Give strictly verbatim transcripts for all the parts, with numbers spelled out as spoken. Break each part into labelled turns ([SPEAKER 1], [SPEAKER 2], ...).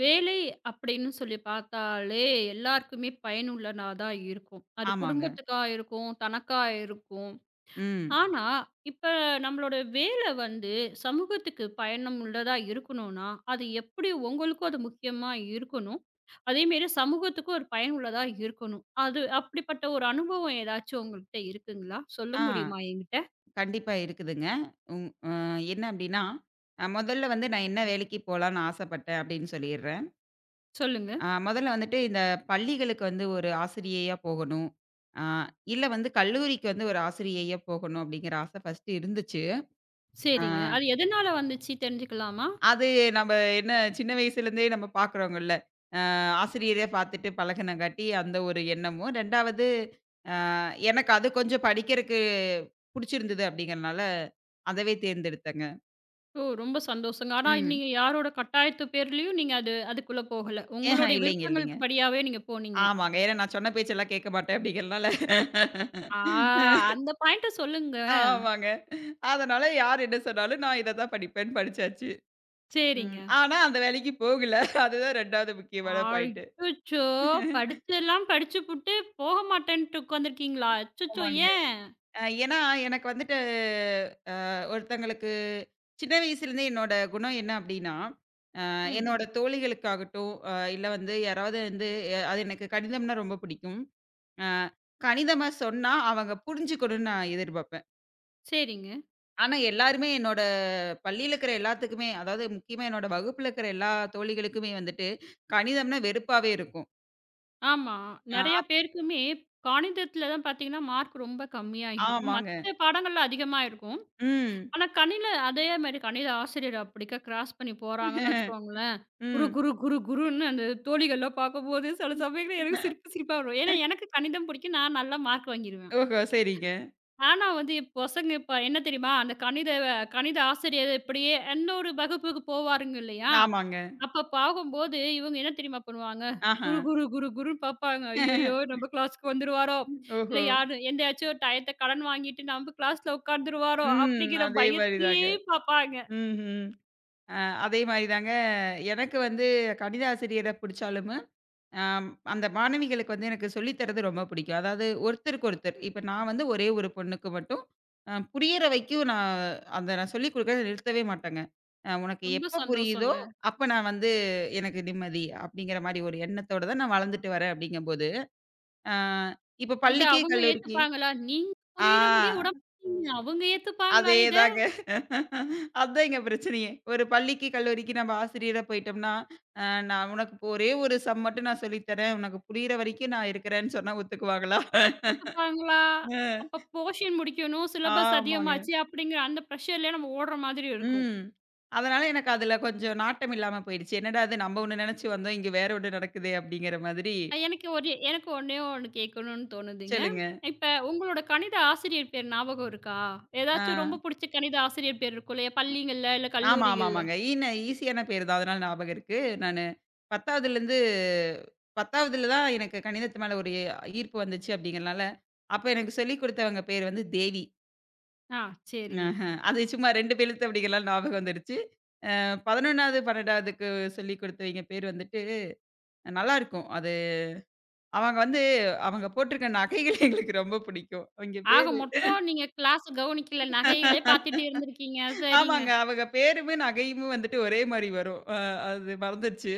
[SPEAKER 1] வேலை அப்படின்னு சொல்லி பார்த்தாலே எல்லாருக்குமே பயனுள்ளனா தான் இருக்கும். அது
[SPEAKER 2] ஆமாங்க.
[SPEAKER 1] குடும்பத்துக்கா இருக்கும், தனக்கா இருக்கும்.
[SPEAKER 2] ம்.
[SPEAKER 1] ஆனா, இப்ப நம்மளோட வேலை வந்து சமூகத்துக்கு பயனும் உள்ளதா இருக்கணும்னா, அது எப்படி உங்களுக்கும் அது முக்கியமா இருக்கணும். அதேமாரி சமூகத்துக்கும் ஒரு பயனுள்ளதா இருக்கணும். அது அப்படிப்பட்ட ஒரு அனுபவம் ஏதாச்சும் உங்ககிட்ட இருக்குங்களா? சொல்ல
[SPEAKER 2] ஆ
[SPEAKER 1] முடியுமா என்கிட்ட?
[SPEAKER 2] கண்டிப்பா இருக்குதுங்க. ம் அ என்ன அப்டின்னா, அ முதல்ல வந்து நான் என்ன வேலைக்கு போலான்னு ஆசைப்பட்டேன் அப்படின்னு சொல்லிர்றேன்.
[SPEAKER 1] சொல்லுங்க.
[SPEAKER 2] அ முதல்ல வந்துட்டு இந்த பள்ளிகளுக்கு வந்து ஒரு ஆசிரியையா போகணும். அ இல்ல வந்து கல்லூரிக்கு வந்து ஒரு ஆசிரியையா போகணும் அப்படிங்கிற ஆசை ஃபர்ஸ்ட் இருந்துச்சு. அ
[SPEAKER 1] சரிங்க. அது எதனால வந்துச்சு தெரிஞ்சுக்கலாமா?
[SPEAKER 2] அது நம்ம என்ன சின்ன வயசுலேருந்தே நம்ம பார்க்குறோங்கல்ல. அ ஆசிரியரே பார்த்துட்டு பழகுனங்காட்டி அந்த ஒரு எண்ணமும். இரண்டாவது எனக்கு அது கொஞ்சம் படிக்கிறக்கு புடிச்சிருந்தது அப்படிங்கிறனால, அதவே தேர்ந்தெடுத்தேங்க.
[SPEAKER 1] ஓ! ரொம்ப சந்தோஷங்க. ஆனா
[SPEAKER 2] ம்.
[SPEAKER 1] நீங்க யாரோட கட்டாயத்து பேர்லயும் நீங்க அது அதுக்குள்ள போகல.
[SPEAKER 2] ஏஹ
[SPEAKER 1] உங்களுடைய
[SPEAKER 2] இல்லைங்க, இல்லைங்க.
[SPEAKER 1] விருப்பங்களுக்கு படியாவே நீங்க போனீங்க.
[SPEAKER 2] ஆமாங்க. ஏன்னா நான் சொன்ன பேச்செல்லாம் கேட்க மாட்டேன் அப்படிங்கிறனால.
[SPEAKER 1] ஆ, அந்த பாயிண்ட்ட சொல்லுங்க.
[SPEAKER 2] ஆமாங்க. அதனால யார் என்ன சொன்னாலும் நான் இத தான் படிப்பேன்னு படிச்சாச்சு. ம்.
[SPEAKER 1] சரிங்க.
[SPEAKER 2] ஆனா அந்த வேலைக்கு போகல. அதுதான் ரெண்டாவது முக்கியமான பாயிண்ட்.
[SPEAKER 1] அச்சச்சோ! படிச்செல்லாம் படிச்சுபுட்டு போக மாட்டேன்ட்டு உட்காந்துருக்கீங்களா? அச்சச்சோ!
[SPEAKER 2] ஆமாங்க.
[SPEAKER 1] ஏன்?
[SPEAKER 2] அ ஏன்னா எனக்கு வந்துட்டு அ ஒருத்தங்களுக்கு சின்ன வயசுலேருந்தே என்னோட குணம் என்ன அப்படின்னா
[SPEAKER 1] ம்.
[SPEAKER 2] என்னோட தோழிகளுக்காகட்டும், அ இல்ல வந்து யாராவது வந்து எ அது எனக்கு கணிதம்னா ரொம்ப பிடிக்கும். அ கணிதமா சொன்னா அவங்க புரிஞ்சுக்கணும்னு நான் எதிர்பார்ப்பேன்.
[SPEAKER 1] சரிங்க.
[SPEAKER 2] ஆனா எல்லாருமே என்னோட பள்ளியில இருக்கிற எல்லாத்துக்குமே, அதாவது முக்கியமா என்னோட வகுப்புல இருக்கிற எல்லா தோழிகளுக்குமே வந்துட்டு, கணிதம்னா வெறுப்பாவே இருக்கும்.
[SPEAKER 1] ஆமா.
[SPEAKER 2] அ
[SPEAKER 1] நெறைய
[SPEAKER 2] ஆப்
[SPEAKER 1] பேருக்குமே கணிதத்துல தான் பார்த்தீங்கன்னா, மார்க் ரொம்ப கம்மியா இருக்கும்.
[SPEAKER 2] ஆமாங்க.
[SPEAKER 1] மத்த பாடங்கள்ல அதிகமா இருக்கும்.
[SPEAKER 2] ம்.
[SPEAKER 1] ஆனா கணில அதே மாரி கணித ஆசிரியர் அப்படிக்கா கிராஸ் பண்ணி போறாங்கன்னு வச்சுக்கோங்களேன். குரு,
[SPEAKER 2] ம்.
[SPEAKER 1] குரு, குரு, குருன்னு அந்த தோழிகள்லாம் பார்க்கும்போது சில சமயங்கள்ல எனக்கு சிரிப்பு சிரிப்பா வரும். ஏன்னா எனக்கு கணிதம் பிடிக்கும். நான் நல்லா மார்க் வாங்கிருவேன்.
[SPEAKER 2] ஓஹோ! சரிங்க.
[SPEAKER 1] ஆனா வந்து என் பசங்க இப்ப என்ன தெரியுமா? அந்த கணித கணித ஆசிரியர் இப்படியே இன்னொரு வகுப்புக்கு போவாருங்க இல்லையா?
[SPEAKER 2] ஆமாங்க.
[SPEAKER 1] அப்ப பார்க்கும்போது இவங்க என்ன தெரியுமா பண்ணுவாங்க?
[SPEAKER 2] ஆஹா.
[SPEAKER 1] குரு, குரு, குரு, குருன்னு பார்ப்பாங்க. ஐயய்யோ! நம்ம கிளாஸ்க்கு வந்துருவாரோ! இல்ல
[SPEAKER 2] ஓஹோ!
[SPEAKER 1] யாரு எந்தயாச்சும் டயத்த கடன் வாங்கிட்டு நம்ம கிளாஸ்ல உட்கார்ந்துருவாரோ!
[SPEAKER 2] ம்.
[SPEAKER 1] அப்படிங்கிற
[SPEAKER 2] அதே மாரி
[SPEAKER 1] பயத்திலேயே
[SPEAKER 2] தாங்க.
[SPEAKER 1] பார்ப்பாங்க.
[SPEAKER 2] ம்ஹ்ம். அ அதே மாரி தாங்க எனக்கு வந்து கணித ஆசிரியர பிடிச்சாலும், அம் அந்த மாணவிகளுக்கு வந்து எனக்கு சொல்லி தர்றது ரொம்ப பிடிக்கும். அதாவது ஒருத்தருக்கு ஒருத்தர். இப்ப நான் வந்து ஒரே ஒரு பொண்ணுக்கு மட்டும் அ புரியிற வரைக்கும் நான் அத நான் சொல்லிக் குடுக்கறத நிறுத்தவே மாட்டேங்க. அ உனக்கு
[SPEAKER 1] ரொம்ப
[SPEAKER 2] எப்ப புரியுதோ,
[SPEAKER 1] சந்தோஷங்க.
[SPEAKER 2] அப்ப நான் வந்து எனக்கு நிம்மதி அப்படிங்கிற மாரி ஒரு எண்ணத்தோட தான் நான் வளர்ந்துட்டு வரேன் அப்படிங்கம்போது, அ இப்ப
[SPEAKER 1] இத
[SPEAKER 2] பள்ளிக்கு,
[SPEAKER 1] அவங்க
[SPEAKER 2] கல்லூரிக்கு
[SPEAKER 1] ஏத்துப்பாங்களா? நீங்க புரியிற முடிய
[SPEAKER 2] ஆ.
[SPEAKER 1] விட மாட்டீங்க. அவங்க ஏத்துப்பாங்களா இத?
[SPEAKER 2] அதேதாங்க. அதான் எங்க பிரச்சனையே. ஒரு பள்ளிக்கு, கல்லூரிக்கு நம்ம ஆசிரியரா போயிட்டோம்னா, அ நான் உனக்கு இப்ப ஒரே ஒரு சம் மட்டும் நான் சொல்லி தரேன். உனக்கு புரியிற வரைக்கும் நான் இருக்கிறேன்னு சொன்னா ஒத்துக்குவாங்களா?
[SPEAKER 1] ஒத்துப்பாங்களா?
[SPEAKER 2] அ
[SPEAKER 1] அப்ப போர்ஷன் முடிக்கணும், சிலபஸ்
[SPEAKER 2] ஆமாங்க.
[SPEAKER 1] அதிகமாச்சு அப்படிங்கிற அந்த ப்ரெஷர்லயே நம்ம ஓடுற மாதிரி இருக்கும்.
[SPEAKER 2] ம். அதனால எனக்கு அதுல கொஞ்சம் நாட்டம் இல்லாம போயிடுச்சு. என்னடா இது நம்ம ஒண்ணு நெனச்சு வந்தோம், இங்க வேற ஒண்ணு நடக்குதே! அப்படிங்கிற மாதிரி.
[SPEAKER 1] அ எனக்கு ஒரு எனக்கு ஒண்ணே ஒண்ணு கேட்கணும்னு தோணுதுங்க.
[SPEAKER 2] சொல்லுங்க.
[SPEAKER 1] இப்ப உங்களோட கணித ஆசிரியர் பேர் ஞாபகம் இருக்கா?
[SPEAKER 2] ஆ.
[SPEAKER 1] ஏதாச்சும் ரொம்ப புடிச்ச கணித ஆசிரியர் பேர் இருக்கும் இல்லையா? பள்ளிகள்ல, இல்ல
[SPEAKER 2] ஆமா, ஆமா,
[SPEAKER 1] கல்லூரிகள்ல.
[SPEAKER 2] ஆமாங்க. ஈன்னு ஈஸியான பேரு தான். அதனால ஞாபகம் இருக்கு. நானு பத்தாவதுலேருந்து பத்தாவதுல தான் எனக்கு கணிதத்து மேல ஒரு ஈர்ப்பு வந்துச்சு அப்படிங்கிறனால, அப்ப எனக்கு சொல்லிக் குடுத்தவங்க பேர் வந்து தேவி.
[SPEAKER 1] ஆ, சரிங்க.
[SPEAKER 2] ஆஹ. அது சும்மா இரண்டு எழுத்து அப்படிங்கிறனால ஞாபகம் வந்துருச்சு. அ பதினொன்றாவது, பன்னிரண்டாவதுக்கு சொல்லிக் குடுத்தவைங்க பேர் வந்துட்டு நல்லாருக்கும். அது அவங்க வந்து அவங்க போட்டிருக்க நகைகள் எங்களுக்கு ரொம்ப பிடிக்கும். அவங்க
[SPEAKER 1] ஆக
[SPEAKER 2] பேரு
[SPEAKER 1] மொத்தம் நீங்க கிளாஸ கவனிக்கல, நகைகளே பார்த்துட்டு இருந்திருக்கீங்க. சரிங்க.
[SPEAKER 2] ஆமாங்க. அவங்க பேருமே, நகையுமே வந்துட்டு ஒரே மாரி வரும். அ அது மறந்துருச்சு.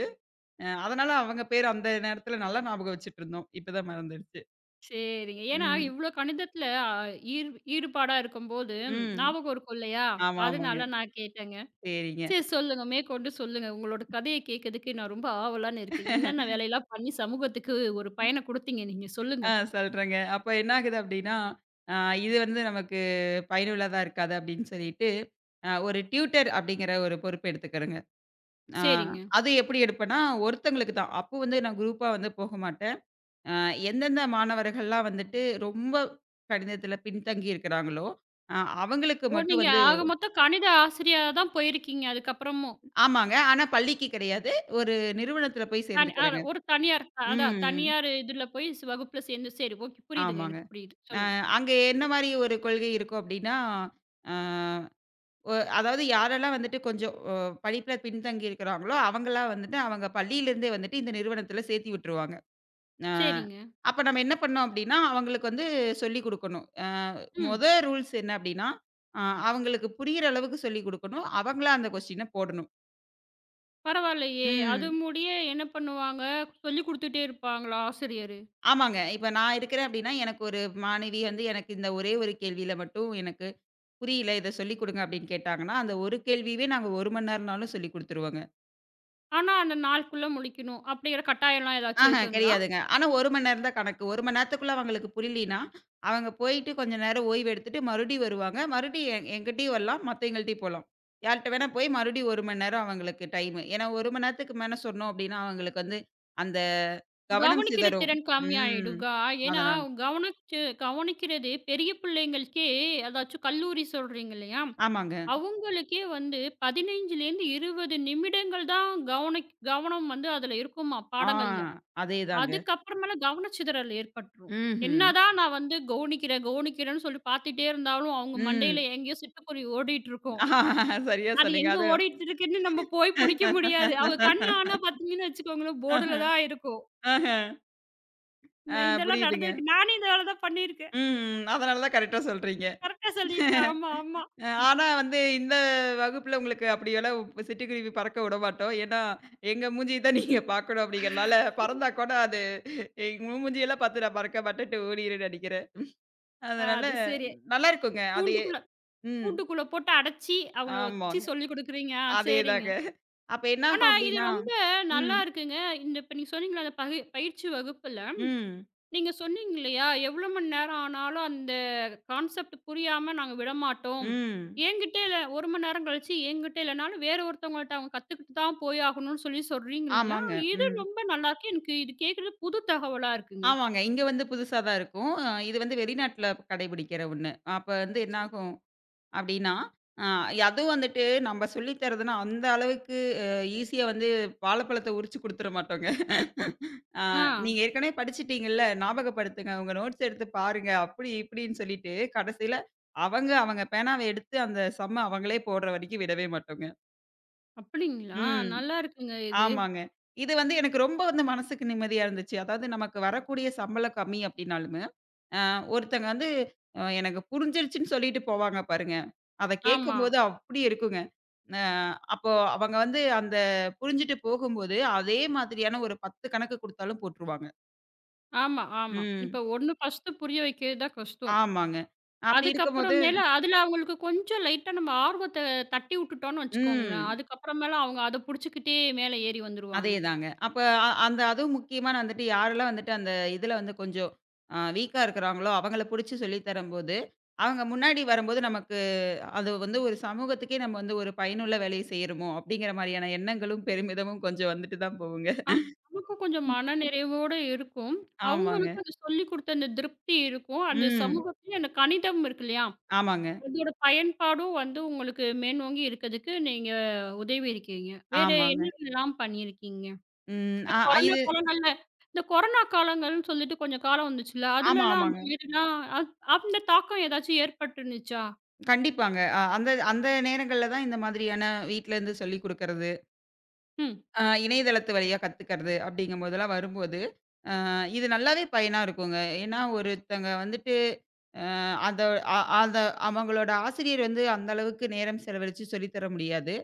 [SPEAKER 2] அ அதனால அவங்க பேரு அந்த நேரத்துல நல்லா ஞாபகம் வச்சுட்டுருந்தோம். இப்பதான் மறந்துடுச்சு.
[SPEAKER 1] சரிங்க. ஏன்னா,
[SPEAKER 2] ம்.
[SPEAKER 1] இவ்ளோ கணிதத்துல அ ஈர் ஈடுபாடா இருக்கும்போது,
[SPEAKER 2] ம்.
[SPEAKER 1] ஞாபகம் இருக்கும் இல்லையா?
[SPEAKER 2] ஆமா, ஆமாங்க.
[SPEAKER 1] அதனால நான் கேட்டேங்க.
[SPEAKER 2] சரிங்க.
[SPEAKER 1] சரி சொல்லுங்க. மேற்கொண்டு சொல்லுங்க. உங்களோட கதைய கேட்கறதுக்கு நான் ரொம்ப ஆவலான்னு இருக்கேன். என்னென்ன வேலையெல்லாம் பண்ணி சமூகத்துக்கு ஒரு பயன குடுத்தீங்க நீங்க?
[SPEAKER 2] ஆ
[SPEAKER 1] சொல்லுங்க.
[SPEAKER 2] சொல்றேங்க. அப்ப என்ன ஆகுது அப்டின்னா, அ இது வந்து நமக்கு பயனுள்ளதா இருக்காது அப்டின்னு சொல்லிட்டு, அ ஒரு டியூட்டர் அப்டிங்கிற ஒரு பொறுப்பு எடுத்துக்கிறேங்க. அ
[SPEAKER 1] சரிங்க.
[SPEAKER 2] அது எப்டி எடுப்பேன்னா, ஒருத்தங்களுக்கு தான். அப்போ வந்து நான் குரூப்பா வந்து போக மாட்டேன். அ எந்தெந்த மாணவர்கள்லாம் வந்துட்டு ரொம்ப கணிதத்துல பின்தங்கி இருக்கிறாங்களோ, அ அவங்களுக்கு
[SPEAKER 1] ஓ!
[SPEAKER 2] மட்டும்
[SPEAKER 1] நீங்க
[SPEAKER 2] வந்து
[SPEAKER 1] ஆக மொத்தம் கணித ஆசிரியரா தான் போயிருக்கீங்க அதுக்கப்புறமும்.
[SPEAKER 2] ஆமாங்க. ஆனா பள்ளிக்கு கிடையாது. ஒரு நிறுவனத்துல போய்
[SPEAKER 1] தனி அ
[SPEAKER 2] சேர்ந்துக்கிறேங்க.
[SPEAKER 1] ஒரு தனியார் அ, அதான்
[SPEAKER 2] ம்.
[SPEAKER 1] தனியார் இதுல போய் ஸ் வகுப்புல சேர்ந்து சரி ஓகே. புரியுதுங்க.
[SPEAKER 2] ஆமாங்க.
[SPEAKER 1] எனக்கு புரியுது.
[SPEAKER 2] அ
[SPEAKER 1] சொல்லுங்க.
[SPEAKER 2] அங்க என்ன மாரி ஒரு கொள்கை இருக்கும் அப்டின்னா, அ ஒ அதாவது யாரெல்லாம் வந்துட்டு கொஞ்சம் ஒ படிப்புல பின்தங்கி இருக்கிறாங்களோ, அவங்கலாம் வந்துட்டு அவங்க பள்ளியிலேருந்தே வந்துட்டு இந்த நிறுவனத்துல சேர்த்தி விட்டுருவாங்க. அ
[SPEAKER 1] சரிங்க.
[SPEAKER 2] அப்ப நம்ம என்ன பண்ணோம் அப்டின்னா, அவங்களுக்கு வந்து சொல்லிக் குடுக்கணும். அ
[SPEAKER 1] ம்.
[SPEAKER 2] மொத ரூல்ஸ் என்ன அப்டின்னா, அ அவங்களுக்கு புரியிற அளவுக்கு சொல்லிக் குடுக்கணும். அவங்களா அந்த கொஸ்டின போடணும்.
[SPEAKER 1] பரவாயில்லையே! அது
[SPEAKER 2] ம்.
[SPEAKER 1] முடிய என்ன பண்ணுவாங்க? சொல்லிக் குடுத்துட்டே இருப்பாங்களா ஆசிரியரு?
[SPEAKER 2] ஆமாங்க. இப்ப நான் இருக்கிறேன் அப்டின்னா, எனக்கு ஒரு மாணவி வந்து எனக்கு இந்த ஒரே ஒரு கேள்வியில மட்டும் எனக்கு புரியல. இத சொல்லிக் குடுங்க அப்டின்னு கேட்டாங்கன்னா, அந்த ஒரு கேள்வியவே நாங்க ஒரு மணி நேரம்னாலும் சொல்லிக் குடுத்துருவோங்க.
[SPEAKER 1] ஆனா, அந்த நாளுக்குள்ள முடிக்கணும் அப்படிங்கிற கட்டாயம்லாம் ஏதாச்சும்
[SPEAKER 2] ஆஹ
[SPEAKER 1] இருக்குங்களா?
[SPEAKER 2] கிடையாதுங்க. ஆனா ஒரு மணி நேரம் தான் கணக்கு. ஒரு மணி நேரத்துக்குள்ள அவங்களுக்கு புரியலின்னா, அவங்க போயிட்டு கொஞ்ச நேரம் ஓய்வு எடுத்துட்டு மறுபடியும் வருவாங்க. மறுபடியும் என் என்கிட்டயும் வரலாம், மத்தவங்கள்ட்டயும் போலாம். யார்ட்ட வேணா போய் மறுபடியும் ஒரு மணி நேரம் அவங்களுக்கு டைமு. ஏன்னா ஒரு மணி நேரத்துக்கு மேல சொன்னோம் அப்டின்னா, அவங்களுக்கு வந்து அந்த கவனம்
[SPEAKER 1] கவனிக்கிற
[SPEAKER 2] சிதறும்.
[SPEAKER 1] திறன்
[SPEAKER 2] ம்.
[SPEAKER 1] கம்மியாயிடுக்கா? ஏன்னா,
[SPEAKER 2] அதனால.
[SPEAKER 1] கவனிச்சு கவனிக்கிறது பெரிய பிள்ளைங்களுக்கே அதாச்சும் கல்லூரி சொல்றீங்க இல்லையா?
[SPEAKER 2] ஆமாங்க.
[SPEAKER 1] அவங்களுக்கே வந்து பதினைந்துலேருந்து இருபது நிமிடங்கள் தான் கவனிக் கவனம் வந்து அதுல இருக்குமாம்
[SPEAKER 2] ஆ
[SPEAKER 1] பாடங்கள்ல.
[SPEAKER 2] அதேதாங்க.
[SPEAKER 1] அதுக்கப்புறமேல கவனச்சிதறல் ஏற்பட்டுரும்.
[SPEAKER 2] ம்ஹ்ம்.
[SPEAKER 1] என்னதான் நான் வந்து கவனிக்கிறேன், கவனிக்கிறேன்னு சொல்லி பார்த்துட்டே இருந்தாலும், அவங்க மண்டையில
[SPEAKER 2] ம்.
[SPEAKER 1] எங்கேயோ சிட்டுக்குருவி ஓடிட்டு இருக்கும்.
[SPEAKER 2] சரியா
[SPEAKER 1] அது
[SPEAKER 2] சொன்னீங்க.
[SPEAKER 1] எங்க
[SPEAKER 2] அது
[SPEAKER 1] ஓடிட்டு இருக்குன்னு நம்ம போய் புடிக்க முடியாது. அவங்க கண்ணு ஆனா பார்த்தீங்கன்னு வச்சுக்கோங்களேன்,
[SPEAKER 2] ஆஹ,
[SPEAKER 1] போர்டுல தான் இருக்கும்.
[SPEAKER 2] ஆஹ. ஆ
[SPEAKER 1] ந இதெல்லாம்
[SPEAKER 2] புரியுதுங்க.
[SPEAKER 1] நடந்திருக்கு. நானே இந்த வேல தான் பண்ணியிருக்கேன்.
[SPEAKER 2] ம். அதனால தான் கரெக்ட்டா சொல்றீங்க.
[SPEAKER 1] கரெக்ட்டா சொல்லியிருக்க. ஆமா, ஆமா.
[SPEAKER 2] அ ஆனா வந்து இந்த வகுப்புல உங்களுக்கு அப்படியெல்லாம் சிட்டுக்குருவி பறக்க விடமாட்டோம். ஏன்னா, எங்க மூஞ்சிய தான் நீங்க பார்க்கணும் அப்படிங்கிறனால, பறந்தா கூட அது உங்க மூஞ்சியெல்லாம் பார்த்து நான் பறக்க மாட்டேன்ட்டு ஓடிரும்ன்னு நெனைக்கிறேன்.
[SPEAKER 1] அ
[SPEAKER 2] அதனால
[SPEAKER 1] அது சரி.
[SPEAKER 2] நல்லா இருக்குங்க. அது
[SPEAKER 1] கூண்டுக்குள்ள
[SPEAKER 2] ம்.
[SPEAKER 1] கூண்டுக்குள்ள போட்டு அடைச்சி, அவங்கள வச்சு
[SPEAKER 2] ஆமாங்க.
[SPEAKER 1] சொல்லிக் குடுக்குறீங்க. ஆ, சரிங்க.
[SPEAKER 2] அதேதாங்க. அப்ப
[SPEAKER 1] ஆனா
[SPEAKER 2] என்னாகும்
[SPEAKER 1] இது
[SPEAKER 2] அப்படின்னா
[SPEAKER 1] ரொம்ப
[SPEAKER 2] ம்,
[SPEAKER 1] நல்லா இருக்குங்க. இந்த இப்ப நீங்க சொன்னீங்கல்ல அந்த பகி பயிற்சி வகுப்புல
[SPEAKER 2] ம்,
[SPEAKER 1] நீங்க சொன்னீங்க இல்லையா? எவ்வளோ மணி நேரம் ஆனாலும் அந்த கான்செப்ட் புரியாம நாங்க விடமாட்டோம்.
[SPEAKER 2] ம்.
[SPEAKER 1] என்கிட்ட இல்ல ஒரு மணி நேரம் கழிச்சு என்கிட்ட இல்லனாலும் வேற ஒருத்தவங்கள்ட்ட அவங்க கத்துக்கிட்டு தான் போய் ஆகணும்னு சொல்லி சொல்றீங்க இல்லையா?
[SPEAKER 2] ஆமாங்க.
[SPEAKER 1] இது
[SPEAKER 2] ம்.
[SPEAKER 1] ரொம்ப நல்லாருக்கு. எனக்கு இது கேட்கறது புது தகவலா இருக்குங்க.
[SPEAKER 2] ஆமாங்க. இங்க வந்து புதுசா தான் இருக்கும். அ இது வந்து வெளிநாட்ல கடைபிடிக்கிற ஒண்ணு. அப்ப வந்து என்ன ஆகும் அப்டின்னா, அ அதுவும் வந்துட்டு நம்ம சொல்லி தரதுன்னா, அந்த அளவுக்கு அ ஈஸியா வந்து வாழைப்பழத்த உரிச்சு குடுத்துற மாட்டோங்க. அ
[SPEAKER 1] ஆ,
[SPEAKER 2] நீங்க ஏற்கனவே படிச்சுட்டீங்கள்ல, ஞாபகப்படுத்துங்க. உங்க நோட்ஸ் எடுத்து பாருங்க. அப்டி இப்டின்னு சொல்லிட்டு, கடைசில அவங்க அவங்க பேனாவ எடுத்து அந்த சம்ம அவங்களே போடுற வரைக்கும் விடவே மாட்டோங்க.
[SPEAKER 1] அப்படிங்களா?
[SPEAKER 2] ம்.
[SPEAKER 1] நல்லா இருக்குங்க இது.
[SPEAKER 2] ஆமாங்க. இது வந்து எனக்கு ரொம்ப வந்து மனசுக்கு நிம்மதியா இருந்துச்சு. அதாவது நமக்கு வரக்கூடிய சம்பளம் கம்மி அப்டின்னாலுமே, அ ஒருத்தங்க வந்து அ எனக்கு புரிஞ்சிருச்சுன்னு சொல்லிட்டு போவாங்க பாருங்க. அத
[SPEAKER 1] ஆமா.
[SPEAKER 2] கேட்கும்போது அப்டி இருக்குங்க. அ அப்போ அவங்க வந்து அந்த புரிஞ்சுட்டு போகும்போது, அதே மாதிரியான ஒரு பத்து கணக்கு குடுத்தாலும் போட்டுருவாங்க.
[SPEAKER 1] ஆமா, ஆமா.
[SPEAKER 2] ம்.
[SPEAKER 1] இப்ப ஒன்னு ஃபர்ஸ்ட்டு புரிய வைக்கிறது தான் கஷ்டம்.
[SPEAKER 2] ஆமாங்க. அப்டி இருக்கும்போது
[SPEAKER 1] அதுக்கப்புறமேல அதுல அவங்களுக்கு கொஞ்சம் லைட்டா நம்ம ஆர்வத்த தட்டி விட்டுட்டோம்னு வச்சுக்கோங்களேன்.
[SPEAKER 2] ம்.
[SPEAKER 1] அதுக்கப்புறமேல அவங்க அத புடிச்சுக்கிட்டே மேல ஏறி வந்துருவாங்க.
[SPEAKER 2] அதேதாங்க. அப்ப அ அந்த அதுவும் முக்கியமா நான் வந்துட்டு யாரெல்லாம் வந்துட்டு அந்த இதுல வந்து கொஞ்சம் அ வீக்கா இருக்கிறாங்களோ, அவங்கள புடிச்சு சொல்லி தரும்போது, அவங்க முன்னாடி வரும்போது நமக்கு அது வந்து ஒரு சமூகத்துக்கே நம்ம வந்து ஒரு பயனுள்ள வேலைய செய்றோமோ! அப்படிங்கிற மாரியான எண்ணங்களும், பெருமிதமும் கொஞ்சம் வந்துட்டு தான் போகுங்க.
[SPEAKER 1] ஆமா. நமக்கும் கொஞ்சம் மனநிறைவோட இருக்கும்.
[SPEAKER 2] ஆமாங்க.
[SPEAKER 1] அவங்களுக்கும் அது சொல்லிக் குடுத்த அந்த திருப்தி இருக்கும். அந்த
[SPEAKER 2] ம்.
[SPEAKER 1] சமூகத்திலயும் அந்த கணிதம் இருக்கு இல்லையா?
[SPEAKER 2] ஆமாங்க,
[SPEAKER 1] அதோட பயன்பாடும் வந்து உங்களுக்கு மேலோங்கி இருக்கிறதுக்கு நீங்க உதவி இருக்கீங்க. வேற
[SPEAKER 2] ஆமாங்க.
[SPEAKER 1] என்னென்னலாம் பண்ணியிருக்கீங்க?
[SPEAKER 2] ம்.
[SPEAKER 1] இந்த
[SPEAKER 2] அ
[SPEAKER 1] கொரோனா
[SPEAKER 2] இது
[SPEAKER 1] காலங்கள்ல இந்த கொரோனா காலங்கள்னு சொல்லிட்டு கொஞ்சம் காலம் வந்துச்சுல்ல.
[SPEAKER 2] ஆமா,
[SPEAKER 1] அதுலலாம் அந்த
[SPEAKER 2] ஆமாங்க.
[SPEAKER 1] மாரிலாம் அந் அந்த தாக்கம் ஏதாச்சும் ஏற்பட்டுருந்துச்சா?
[SPEAKER 2] கண்டிப்பாங்க. அ அந்த அந்த நேரங்கள்ல தான் இந்த மாதிரியான வீட்ல இருந்து சொல்லிக் குடுக்கறது,
[SPEAKER 1] ம்.
[SPEAKER 2] அ இணையதளத்து வழியா கத்துக்கிறது அப்படிங்கும்போதெல்லாம் வரும்போது இது நல்லாவே பயனா இருக்குங்க. ஏன்னா, ஒருத்தங்க வந்துட்டு அ அத அ அத அவங்களோட ஆசிரியர் வந்து அந்த அளவுக்கு நேரம் செலவழிச்சு சொல்லி தர முடியாது.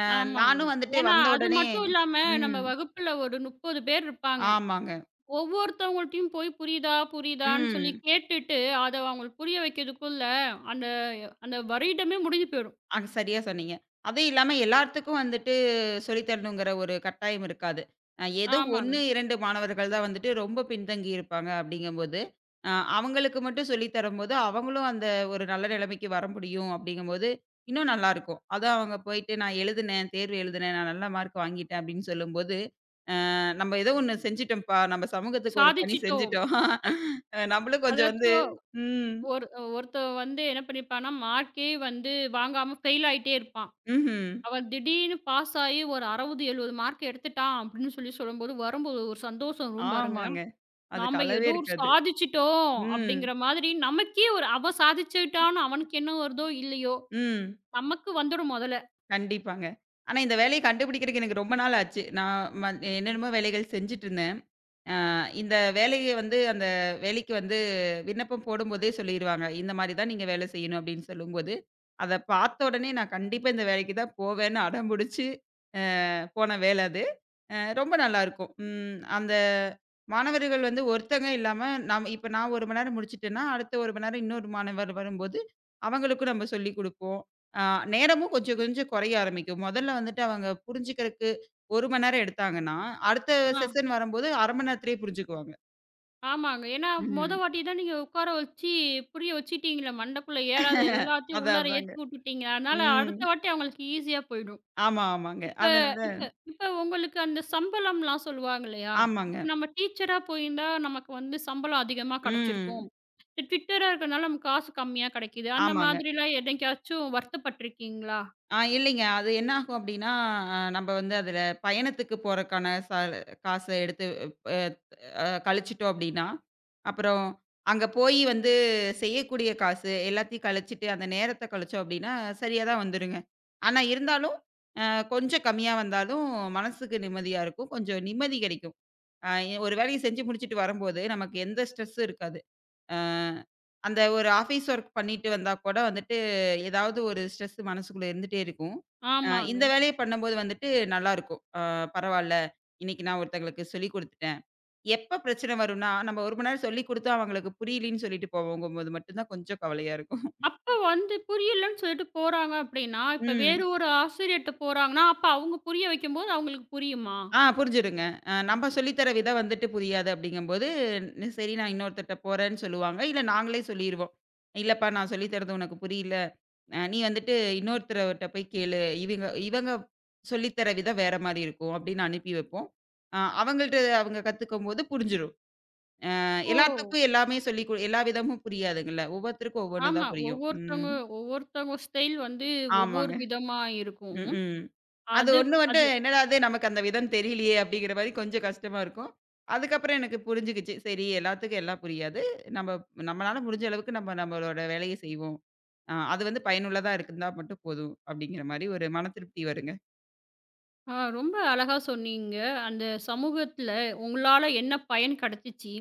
[SPEAKER 2] அ
[SPEAKER 1] ஆமாங்க.
[SPEAKER 2] நானும் வந்துட்டு
[SPEAKER 1] ஏன்னா
[SPEAKER 2] வந்த
[SPEAKER 1] அது
[SPEAKER 2] உடனே
[SPEAKER 1] மட்டும் இல்லாம நம்ம
[SPEAKER 2] ம்.
[SPEAKER 1] வகுப்புல ஒரு முப்பது பேர் இருப்பாங்க.
[SPEAKER 2] ஆமாங்க.
[SPEAKER 1] ஒவ்வொருத்தவங்கள்ட்டயும் போய் புரியுதா? புரியுதான்னு சொல்லி
[SPEAKER 2] ம்.
[SPEAKER 1] கேட்டுட்டு, அத அவங்களுக்கு புரிய வைக்கிறதுக்குள்ள அந்த அந்த வருடமே முடிஞ்சு போயிடும்.
[SPEAKER 2] ஆ சரியா சொன்னீங்க. அதுவும் இல்லாம எல்லாத்துக்கும் வந்துட்டு சொல்லி தரணுங்கிற ஒரு கட்டாயம் இருக்காது. அ ஏதோ
[SPEAKER 1] ஆமாங்க.
[SPEAKER 2] ஒரு, இரண்டு மாணவர்கள் தான் வந்துட்டு ரொம்ப பின்தங்கி இருப்பாங்க அப்படிங்கும்போது, அ அவங்களுக்கு மட்டும் சொல்லி தரும்போது, அவங்களும் அந்த ஒரு நல்ல நிலைமைக்கு வர முடியும் அப்படிங்கும்போது, இன்னும் நல்லாருக்கும். அதான் அவங்க போயிட்டு நான் எழுதுனேன், தேர்வு எழுதுனேன், நான் நல்ல மார்க் வாங்கிட்டேன் அப்படின்னு சொல்லும்போது, அ நம்ம ஏதோ ஒண்ணு செஞ்சுட்டோம்ப்பா, நம்ம சமூகத்துக்கு ஒரு பணி
[SPEAKER 1] சாதிச்சுட்டோம்.
[SPEAKER 2] செஞ்சுட்டோம். அ நம்மளும் கொஞ்சம் வந்து
[SPEAKER 1] அதாச்சும்
[SPEAKER 2] ம்.
[SPEAKER 1] ஒரு ஒருத்தன் வந்து என்ன பண்ணியிருப்பான்னா, மார்க்கே வந்து வாங்காம ஃபெயில் ஆயிட்டே இருப்பான்.
[SPEAKER 2] ம்ஹ்ம்.
[SPEAKER 1] அவன் திடீர்னு பாஸ் ஆயி ஒரு அறுபது, எழுபது மார்க் எடுத்துட்டான் அப்படின்னு சொல்லி சொல்லும்போது, வரும்போது ஒரு சந்தோஷம் வரும் பாருங்க.
[SPEAKER 2] ஆமாங்க. அதுக்கு
[SPEAKER 1] நாம
[SPEAKER 2] அளவே
[SPEAKER 1] ஏதோ ஒரு
[SPEAKER 2] இருக்காது.
[SPEAKER 1] சாதிச்சுட்டோம்
[SPEAKER 2] ம்.
[SPEAKER 1] அப்படிங்கிற மாதிரி நமக்கே ஒரு அவன் சாதிச்சுட்டான்னு அவனுக்கு என்ன வருதோ, இல்லையோ,
[SPEAKER 2] ம்.
[SPEAKER 1] நமக்கு வந்துடும் மொதல்ல.
[SPEAKER 2] கண்டிப்பாங்க. ஆனா இந்த வேலைய கண்டுபிடிக்கிறக்கு எனக்கு ரொம்ப நாள் ஆச்சு. நான் ம என்னென்னமோ வேலைகள் செஞ்சுட்டு இருந்தேன். இந்த வேலைய வந்து அந்த வேலைக்கு வந்து விண்ணப்பம் போடும்போதே சொல்லிருவாங்க. இந்த மாரி தான் நீங்க வேலை செய்யணும் அப்படின்னு சொல்லும்போது, அத பார்த்த உடனே நான் கண்டிப்பா இந்த வேலைக்கு தான் போவேன்னு அடம்புடிச்சு அ போன வேலை அது. அ ரொம்ப நல்லாருக்கும். ம் அந்த மாணவர்கள் வந்து ஒருத்தங்க இல்லாம நாம் இப்ப நான் ஒரு மணி நேரம் முடிச்சுட்டேன்னா, அடுத்த ஒரு மணி நேரம் இன்னொரு மாணவர் வரும்போது, அவங்களுக்கும் நம்ம சொல்லிக் குடுப்போம். அ நேரமும் கொஞ்சம் கொஞ்சம் குறைய ஆரம்பிக்கும். மொதல்ல வந்துட்டு அவங்க புரிஞ்சுக்கிற ஒரு மணி நேரம் எடுத்தாங்கன்னா, அடுத்த
[SPEAKER 1] ஆ.
[SPEAKER 2] செஷன் வரும்போது அரை மணி நேரத்திலேயே புரிஞ்சுக்குவாங்க.
[SPEAKER 1] ஆமாங்க. ஏன்னா, மொத
[SPEAKER 2] ம்.
[SPEAKER 1] வாட்டி தான் நீங்க உட்கார வச்சு, புரிய வச்சுட்டீங்கல்ல. மண்டைக்குள்ள ஏறாத எல்லாத்தையும்
[SPEAKER 2] அதான்
[SPEAKER 1] உள்ளார
[SPEAKER 2] அதாங்க.
[SPEAKER 1] ஏத்தி விட்டுட்டீங்க. அதனால
[SPEAKER 2] ம்.
[SPEAKER 1] அடுத்த வாட்டி அவங்களுக்கு ஈஸியா போயிடும்.
[SPEAKER 2] ஆமா, ஆமாங்க.
[SPEAKER 1] இப்ப
[SPEAKER 2] அதனால
[SPEAKER 1] இப்ப இப்ப உங்களுக்கு அந்த சம்பளம்லாம் சொல்லுவாங்க இல்லையா?
[SPEAKER 2] ஆமாங்க.
[SPEAKER 1] இப்ப நம்ம டீச்சரா போயிருந்தா, நமக்கு வந்து சம்பளம் அதிகமா கிடைச்சிருக்கும்.
[SPEAKER 2] ம்.
[SPEAKER 1] இந்த ட்விட்டரா இருக்கனால நமக்கு காசு கம்மியா கிடைக்குது. அந்த
[SPEAKER 2] ஆமாங்க.
[SPEAKER 1] மாதிரிலாம் என்னைக்காச்சும் வருத்தப்பட்டுருக்கீங்களா?
[SPEAKER 2] ஆ இல்லைங்க. அது என்ன ஆகும் அப்டின்னா, அ நம்ம வந்து அதுல பயணத்துக்கு போறக்கான ச காச எடுத்து அ கழிச்சிட்டோம் அப்படின்னா, அப்புறம் அங்க போய் வந்து செய்யக்கூடிய காசு எல்லாத்தையும் கழிச்சிட்டு, அந்த நேரத்த கழிச்சோம் அப்படின்னா, சரியா தான் வந்துருங்க. ஆனா இருந்தாலும், அ கொஞ்சம் கம்மியா வந்தாலும் மனசுக்கு நிம்மதியா இருக்கும். கொஞ்சம் நிம்மதி கிடைக்கும். அ ஒரு வேலைய செஞ்சு முடிச்சுட்டு வரும்போது, நமக்கு எந்த ஸ்ட்ரெஸ்ஸும் இருக்காது. அ அந்த ஒரு ஆஃபீஸ் ஒர்க் பண்ணிட்டு வந்தா கூட வந்துட்டு, ஏதாவது ஒரு ஸ்ட்ரெஸ் மனசுக்குள்ள இருந்துட்டே இருக்கும். அ
[SPEAKER 1] ஆமாங்க.
[SPEAKER 2] இந்த வேலைய பண்ணும்போது வந்துட்டு நல்லாருக்கும். அ பரவால்ல, இன்னைக்கு நான் ஒருத்தங்களுக்கு சொல்லிக் குடுத்துட்டேன். எப்ப பிரச்சனை வரும்னா, நம்ம ஒரு மணி நேரம் சொல்லிக் குடுத்தும் அவங்களுக்கு புரியலன்னு சொல்லிட்டு போவோங்கும்போது மட்டும் தான் கொஞ்சம் கவலையா இருக்கும்.
[SPEAKER 1] அப்ப வந்து புரியலன்னு சொல்லிட்டு போறாங்க அப்படின்னா, இப்ப
[SPEAKER 2] ம்.
[SPEAKER 1] வேறு ஒரு ஆசிரியர்ட்ட போறாங்கன்னா, அப்ப அவங்க புரிய வைக்கும்போது அவங்களுக்கு புரியுமா?
[SPEAKER 2] ஆ புரிஞ்சிருங்க. அ நம்ம சொல்லி தர விதம் வந்துட்டு புரியாது அப்படிங்கும்போது, ந- சரி நான் இன்னொருத்தர்ட்ட போறேன்னு சொல்லுவாங்க. இல்ல நாங்களே சொல்லிருவோம். இல்லப்பா நான் சொல்லி தர்றது உனக்கு புரியல. அ நீ வந்துட்டு இன்னொருத்தர்ட்ட போய் கேளு. இவங்க இவங்க சொல்லி தர விதம் வேற மாரி இருக்கும் அப்படின்னு அனுப்பி வைப்போம். அ அவங்கள்ட்ட அவங்க கத்துக்கும்போது புரிஞ்சிரும். அ
[SPEAKER 1] ஓ!
[SPEAKER 2] எல்லாத்துக்கும் எல்லாமே சொல்லி கொடு- எல்லா விதமும் புரியாதுங்கல்ல. ஒவ்வொருத்தருக்கும் ஒவ்வொன்னு
[SPEAKER 1] ஆமா.
[SPEAKER 2] தான் புரியும். ம்.
[SPEAKER 1] ஒவ்வொருத்தவங்க ஒவ்வொருத்தவங்க ஸ்டைல் வந்து ஒவ்வொரு
[SPEAKER 2] ஆமாங்க.
[SPEAKER 1] விதமா இருக்கும்.
[SPEAKER 2] ம்ஹ்ம். அது
[SPEAKER 1] அது
[SPEAKER 2] ஒண்ணு வந்து
[SPEAKER 1] அது
[SPEAKER 2] என்னடா இது நமக்கு அந்த விதம் தெரியலையே அப்படிங்கிற மாரி கொஞ்சம் கஷ்டமா இருக்கும். அதுக்கப்புறம் எனக்கு புரிஞ்சுகிச்சு. சரி எல்லாத்துக்கும் எல்லாம் புரியாது. நம்ம நம்மளால முடிஞ்ச அளவுக்கு நம்ம நம்மளோட வேலைய செய்வோம். அ அது வந்து பயனுள்ளதா இருந்தா மட்டும் போதும் அப்படிங்கிற மாரி ஒரு மன திருப்தி வருங்க.
[SPEAKER 1] ஆ, ரொம்ப அழகா சொன்னீங்க. அந்த சமூகத்தில உங்களால என்ன பயன் கிடைச்சிச்சு?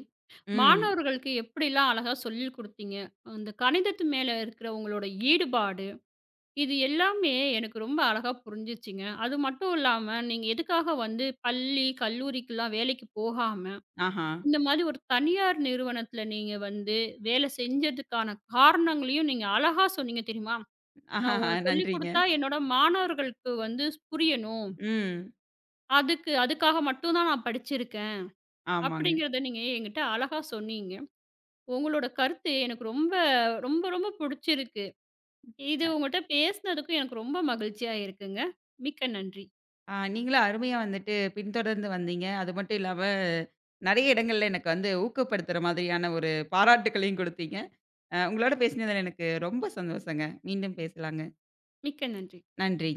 [SPEAKER 2] ம்.
[SPEAKER 1] மாணவர்களுக்கு எப்படிலாம் அழகா சொல்லிக் குடுத்தீங்க? அந்த கணிதத்து மேல இருக்கிற உங்களோட ஈடுபாடு, இது எல்லாமே எனக்கு ரொம்ப அழகா புரிஞ்சுச்சுங்க. அது மட்டும் இல்லாம, நீங்க எதுக்காக வந்து பள்ளி, கல்லூரிக்குலாம் வேலைக்கு போகாம
[SPEAKER 2] ஆஹா.
[SPEAKER 1] இந்த மாதிரி ஒரு தனியார் நிறுவனத்துல நீங்க வந்து வேலை செஞ்சதுக்கான காரணங்களையும் நீங்க அழகா சொன்னீங்க தெரியுமா? நான் ஒ
[SPEAKER 2] ஆஹாஹா
[SPEAKER 1] சொல்லிக்
[SPEAKER 2] நன்றிங்க.
[SPEAKER 1] குடுத்தா என்னோட மாணவர்களுக்கு வந்து புரியணும்.
[SPEAKER 2] ம்.
[SPEAKER 1] அதுக்கு அதுக்காக மட்டும் தான் நான் படிச்சிருக்கேன்.
[SPEAKER 2] ஆமாங்க.
[SPEAKER 1] அப்படிங்கிறத நீங்க என்கிட்ட அழகா சொன்னீங்க. உங்களோட கருத்து எனக்கு ரொம்ப, ரொம்ப, ரொம்ப புடிச்சிருக்கு. இது உங்கட்ட பேசினதுக்கும் எனக்கு ரொம்ப மகிழ்ச்சியா இருக்குங்க. மிக்க நன்றி.
[SPEAKER 2] ஆ நீங்களும் அருமையா வந்துட்டு பின்தொடர்ந்து வந்தீங்க. அது மட்டும் இல்லாம நெறைய இடங்கள்ல எனக்கு வந்து ஊக்கப்படுத்துற மாதிரியான ஒரு பாராட்டுக்களையும் குடுத்தீங்க. அ உங்களோட பேசினதுல எனக்கு ரொம்ப சந்தோஷங்க. மீண்டும் பேசலாங்க.
[SPEAKER 1] மிக்க நன்றி.
[SPEAKER 2] நன்றி.